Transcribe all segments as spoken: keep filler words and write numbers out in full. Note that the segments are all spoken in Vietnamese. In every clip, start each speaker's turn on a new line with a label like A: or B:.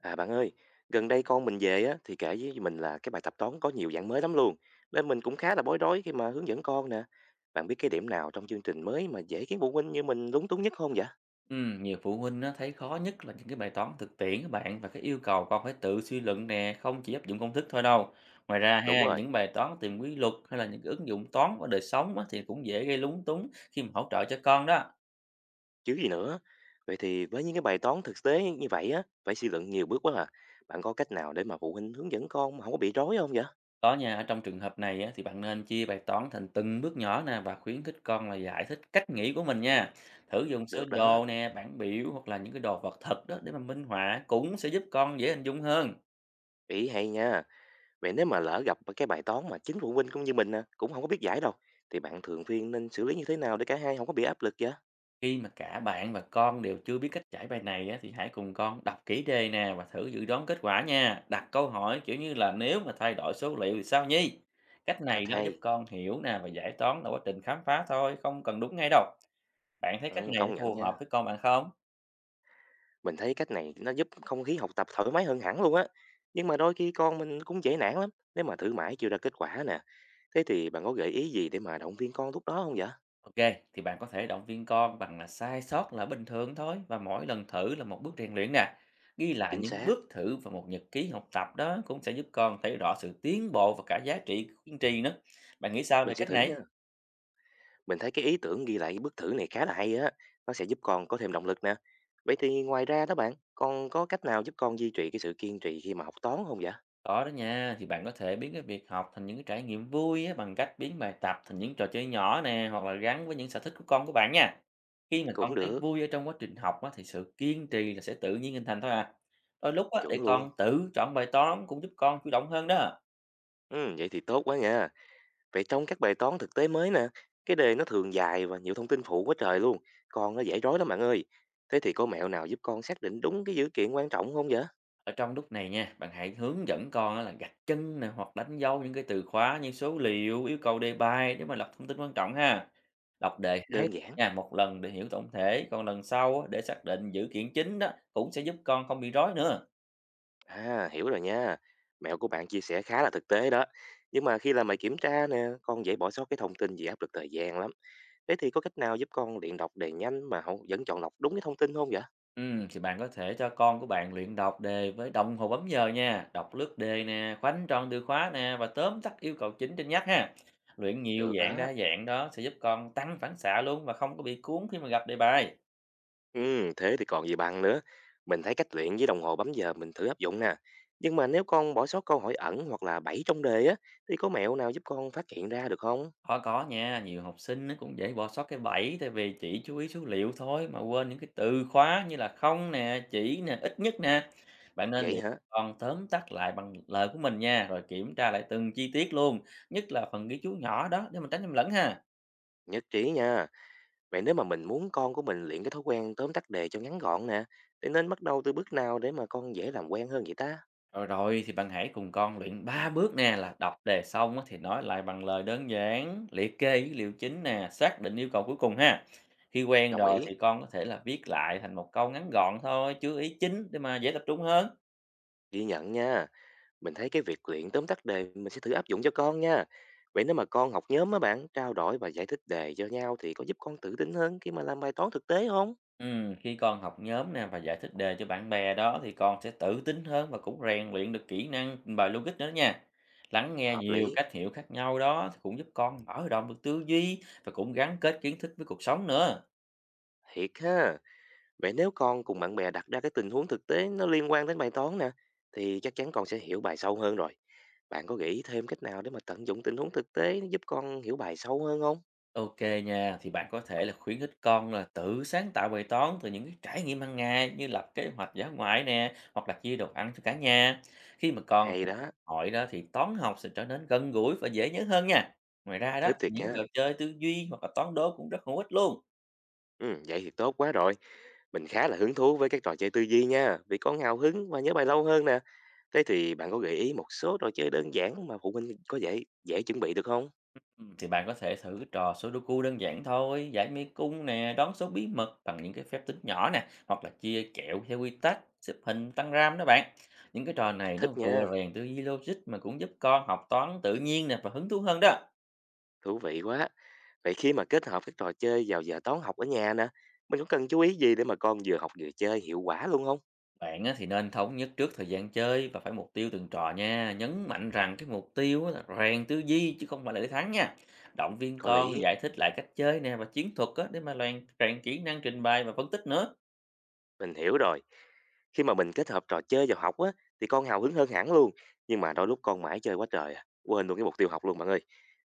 A: À bạn ơi, gần đây con mình về á thì kể với mình là cái bài tập toán có nhiều dạng mới lắm luôn. Nên mình cũng khá là bối rối khi mà hướng dẫn con nè. Bạn biết cái điểm nào trong chương trình mới mà dễ khiến phụ huynh như mình lúng túng nhất không vậy?
B: Ừm, nhiều phụ huynh á, thấy khó nhất là những cái bài toán thực tiễn các bạn và cái yêu cầu con phải tự suy luận nè, không chỉ áp dụng công thức thôi đâu. Ngoài ra
A: Đúng
B: ha,
A: rồi,
B: những bài toán tìm quy luật hay là những cái ứng dụng toán vào đời sống á, thì cũng dễ gây lúng túng khi mà hỗ trợ cho con đó.
A: chứ gì nữa. Vậy thì với những cái bài toán thực tế như vậy á, phải suy luận nhiều bước quá à. Bạn có cách nào để mà phụ huynh hướng dẫn con mà không có bị rối không vậy?
B: Có nhà ở trong trường hợp này á, thì bạn nên chia bài toán thành từng bước nhỏ nè và khuyến khích con là giải thích cách nghĩ của mình nha. Thử dùng sơ
A: Được đó,
B: đồ nè, bảng biểu hoặc là những cái đồ vật thật đó để mà minh họa cũng sẽ giúp con dễ hình dung hơn.
A: ý hay nha. Vậy nếu mà lỡ gặp cái bài toán mà chính phụ huynh cũng như mình nè, cũng không có biết giải đâu, thì bạn thường phiên nên xử lý như thế nào để cả hai không có bị áp lực vậy?
B: Khi mà cả bạn và con đều chưa biết cách giải bài này á, thì hãy cùng con đọc kỹ đề nè và thử dự đoán kết quả nha. Đặt câu hỏi kiểu như là nếu mà thay đổi số liệu thì sao nhi? Cách này
A: Cách
B: nó giúp
A: hay.
B: con hiểu nè và giải toán là quá trình khám phá thôi, không cần đúng ngay đâu. Bạn thấy cách
A: Ừ,
B: này nó
A: công nhận
B: phù hợp
A: nha.
B: với con bạn không?
A: Mình thấy cách này nó giúp không khí học tập thoải mái hơn hẳn luôn á. Nhưng mà đôi khi con mình cũng dễ nản lắm. Nếu mà thử mãi chưa ra kết quả nè. Thế thì bạn có gợi ý gì để mà động viên con lúc đó không vậy?
B: Ok, thì bạn có thể động viên con bằng là sai sót là bình thường thôi và mỗi lần thử là một bước rèn luyện nè. Ghi lại
A: Chính
B: những
A: xác.
B: bước thử và một nhật ký học tập đó cũng sẽ giúp con thấy rõ sự tiến bộ và cả giá trị của kiên trì nữa. Bạn nghĩ sao về
A: Mình sẽ
B: cách
A: thử nha.
B: này?
A: Mình thấy cái ý tưởng ghi lại bước thử này khá là hay á. Nó sẽ giúp con có thêm động lực nè. Vậy thì ngoài ra đó bạn, con có cách nào giúp con duy trì cái sự kiên trì khi mà học toán không vậy?
B: Có đó nha, thì bạn có thể biến cái việc học thành những cái trải nghiệm vui á, bằng cách biến bài tập thành những trò chơi nhỏ nè, hoặc là gắn với những sở thích của con của bạn nha. Khi mà con
A: Cũng
B: thấy
A: được.
B: vui ở trong quá trình học á, thì sự kiên trì là sẽ tự nhiên hình thành thôi à. Đôi lúc á, để
A: Chuẩn luôn.
B: con tự chọn bài toán cũng giúp con chủ động hơn đó.
A: Ừ, vậy thì tốt quá nha. Vậy trong các bài toán thực tế mới nè, cái đề nó thường dài và nhiều thông tin phụ quá trời luôn. Con nó dễ rối lắm bạn ơi. Thế thì có mẹo nào giúp con xác định đúng cái dữ kiện quan trọng không vậy?
B: Ở trong lúc này nha, bạn hãy hướng dẫn con á là gạch chân nè, hoặc đánh dấu những cái từ khóa như số liệu, yêu cầu đề bài để mà lọc thông tin quan trọng ha. Đọc đề hay
A: Đơn giản.
B: nha, một lần để hiểu tổng thể, còn lần sau á, để xác định dữ kiện chính đó cũng sẽ giúp con không bị rối nữa.
A: À, hiểu rồi nha. Mẹo của bạn chia sẻ khá là thực tế đó. Nhưng mà khi làm bài kiểm tra nè, con dễ bỏ sót cái thông tin vì áp lực thời gian lắm. Thế thì có cách nào giúp con luyện đọc đề nhanh mà không vẫn chọn lọc đúng cái thông tin không vậy?
B: Ừm, thì bạn có thể cho con của bạn luyện đọc đề với đồng hồ bấm giờ nha, đọc lướt đề nè, khoanh tròn từ khóa nè và tóm tắt yêu cầu chính trên nhắc ha. Luyện nhiều
A: Được
B: dạng
A: đó.
B: đa dạng đó sẽ giúp con tăng phản xạ luôn và không có bị cuốn khi mà gặp đề bài.
A: Ừ, thế thì còn gì bằng nữa. Mình thấy cách luyện với đồng hồ bấm giờ mình thử áp dụng nè. Nhưng mà nếu con bỏ sót câu hỏi ẩn hoặc là bẫy trong đề á, thì có mẹo nào giúp con phát hiện ra được không?
B: Có, có nha, nhiều học sinh nó cũng dễ bỏ sót cái bẫy tại vì chỉ chú ý số liệu thôi mà quên những cái từ khóa như là không nè, chỉ nè, ít nhất nè. Bạn nên
A: Vậy
B: luyện
A: hả?
B: con tóm tắt lại bằng lời của mình nha, rồi kiểm tra lại từng chi tiết luôn, nhất là phần ghi chú nhỏ đó để mình tránh nhầm lẫn ha.
A: Nhất trí nha. Vậy nếu mà mình muốn con của mình luyện cái thói quen tóm tắt đề cho ngắn gọn nè, thì nên bắt đầu từ bước nào để mà con dễ làm quen hơn vậy ta?
B: Rồi rồi thì bạn hãy cùng con luyện ba bước nè là đọc đề xong á thì nói lại bằng lời đơn giản, liệt kê dữ liệu chính nè, xác định yêu cầu cuối cùng ha. Khi quen
A: Đồng
B: rồi
A: ý.
B: thì con có thể là viết lại thành một câu ngắn gọn thôi, chú ý chính để mà dễ tập trung hơn.
A: Ghi nhận nha. Mình thấy cái việc luyện tóm tắt đề mình sẽ thử áp dụng cho con nha. Vậy nếu mà con học nhóm á bạn, trao đổi và giải thích đề cho nhau thì có giúp con tự tin hơn khi mà làm bài toán thực tế không?
B: Ừm, khi con học nhóm nè và giải thích đề cho bạn bè đó thì con sẽ tự tin hơn và cũng rèn luyện được kỹ năng bài logic nữa đó nha. Lắng nghe
A: Hợp
B: nhiều
A: lý,
B: cách hiểu khác nhau đó thì cũng giúp con mở rộng được tư duy và cũng gắn kết kiến thức với cuộc sống nữa.
A: thiệt ha. Vậy nếu con cùng bạn bè đặt ra cái tình huống thực tế nó liên quan đến bài toán nè, thì chắc chắn con sẽ hiểu bài sâu hơn rồi. Bạn có nghĩ thêm cách nào để mà tận dụng tình huống thực tế giúp con hiểu bài sâu hơn không?
B: OK nha, thì bạn có thể là khuyến khích con là tự sáng tạo bài toán từ những cái trải nghiệm hàng ngày như lập kế hoạch dã ngoại nè, hoặc là chia đồ ăn cho cả nhà. Khi mà con
A: Hay
B: thực
A: đó,
B: hỏi đó thì toán học sẽ trở nên gần gũi và dễ nhớ hơn nha. Ngoài ra đó
A: thích
B: thì
A: thiệt
B: những
A: nha.
B: trò chơi tư duy hoặc là toán đố cũng rất hữu ích luôn.
A: Ừ, vậy thì tốt quá rồi. Mình khá là hứng thú với các trò chơi tư duy nha, vì con hào hứng và nhớ bài lâu hơn nè. Thế thì bạn có gợi ý một số trò chơi đơn giản mà phụ huynh có dễ dễ chuẩn bị được không?
B: Ừm, Thì bạn có thể thử cái trò Sudoku đơn giản thôi, giải mê cung nè, đoán số bí mật bằng những cái phép tính nhỏ nè, hoặc là chia kẹo theo quy tắc, xếp hình, tăng ram đó bạn. Những cái trò
A: Tôi
B: này
A: thích
B: nó
A: nha,
B: vừa rèn tư duy logic mà cũng giúp con học toán tự nhiên nè và hứng thú hơn đó.
A: thú vị quá. Vậy khi mà kết hợp các trò chơi vào giờ toán học ở nhà nè, mình có cần chú ý gì để mà con vừa học vừa chơi hiệu quả luôn không?
B: Bạn á thì nên thống nhất trước thời gian chơi và phải mục tiêu từng trò nha. Nhấn mạnh rằng cái mục tiêu á là rèn tư duy chứ không phải là để thắng nha. Động viên
A: Có
B: con
A: lý,
B: giải thích lại cách chơi nè và chiến thuật á để mà rèn rèn kỹ năng trình bày và phân tích nữa.
A: mình hiểu rồi. Khi mà mình kết hợp trò chơi vào học á, thì con hào hứng hơn hẳn luôn. Nhưng mà đôi lúc con mãi chơi quá trời à, quên luôn cái mục tiêu học luôn bạn ơi.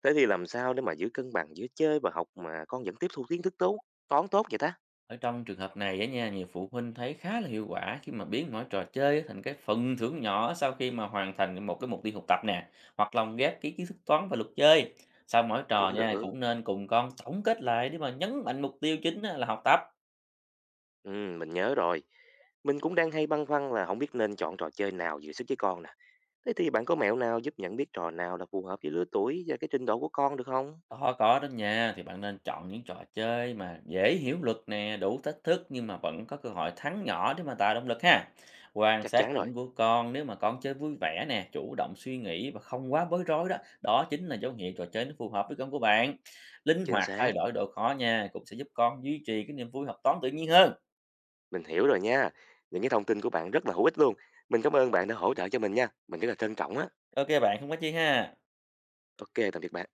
A: Thế thì làm sao để mà giữ cân bằng giữa chơi và học mà con vẫn tiếp thu kiến thức tốt, toán tốt vậy ta?
B: Ở trong trường hợp này á nha, nhiều phụ huynh thấy khá là hiệu quả khi mà biến mỗi trò chơi thành cái phần thưởng nhỏ sau khi mà hoàn thành một cái mục tiêu học tập nè, hoặc lồng ghép cái kiến thức toán và luật chơi. Sau mỗi trò
A: Cũng
B: nha,
A: được.
B: cũng nên cùng con tổng kết lại để mà nhấn mạnh mục tiêu chính á là học tập.
A: Ừ, mình nhớ rồi. Mình cũng đang hay băn khoăn là không biết nên chọn trò chơi nào vừa sức với con nè. Thế thì bạn có mẹo nào giúp nhận biết trò nào là phù hợp với lứa tuổi và cái trình độ của con được không?
B: Có, có đó nha, thì bạn nên chọn những trò chơi mà dễ hiểu luật nè, đủ thách thức nhưng mà vẫn có cơ hội thắng nhỏ để mà tạo động lực ha. Quan
A: Chắc
B: sát
A: chắn
B: phản
A: rồi,
B: ứng của con, nếu mà con chơi vui vẻ nè, chủ động suy nghĩ và không quá bối rối đó, đó chính là dấu hiệu trò chơi nó phù hợp với con của bạn. Linh
A: chính
B: hoạt thay
A: xác.
B: đổi độ khó nha, cũng sẽ giúp con duy trì cái niềm vui học toán tự nhiên hơn.
A: Mình hiểu rồi nha. Những cái thông tin của bạn rất là hữu ích luôn. Mình cảm ơn bạn đã hỗ trợ cho mình nha. Mình rất là trân trọng á.
B: Ok bạn, không có chi ha.
A: Ok, tạm biệt bạn.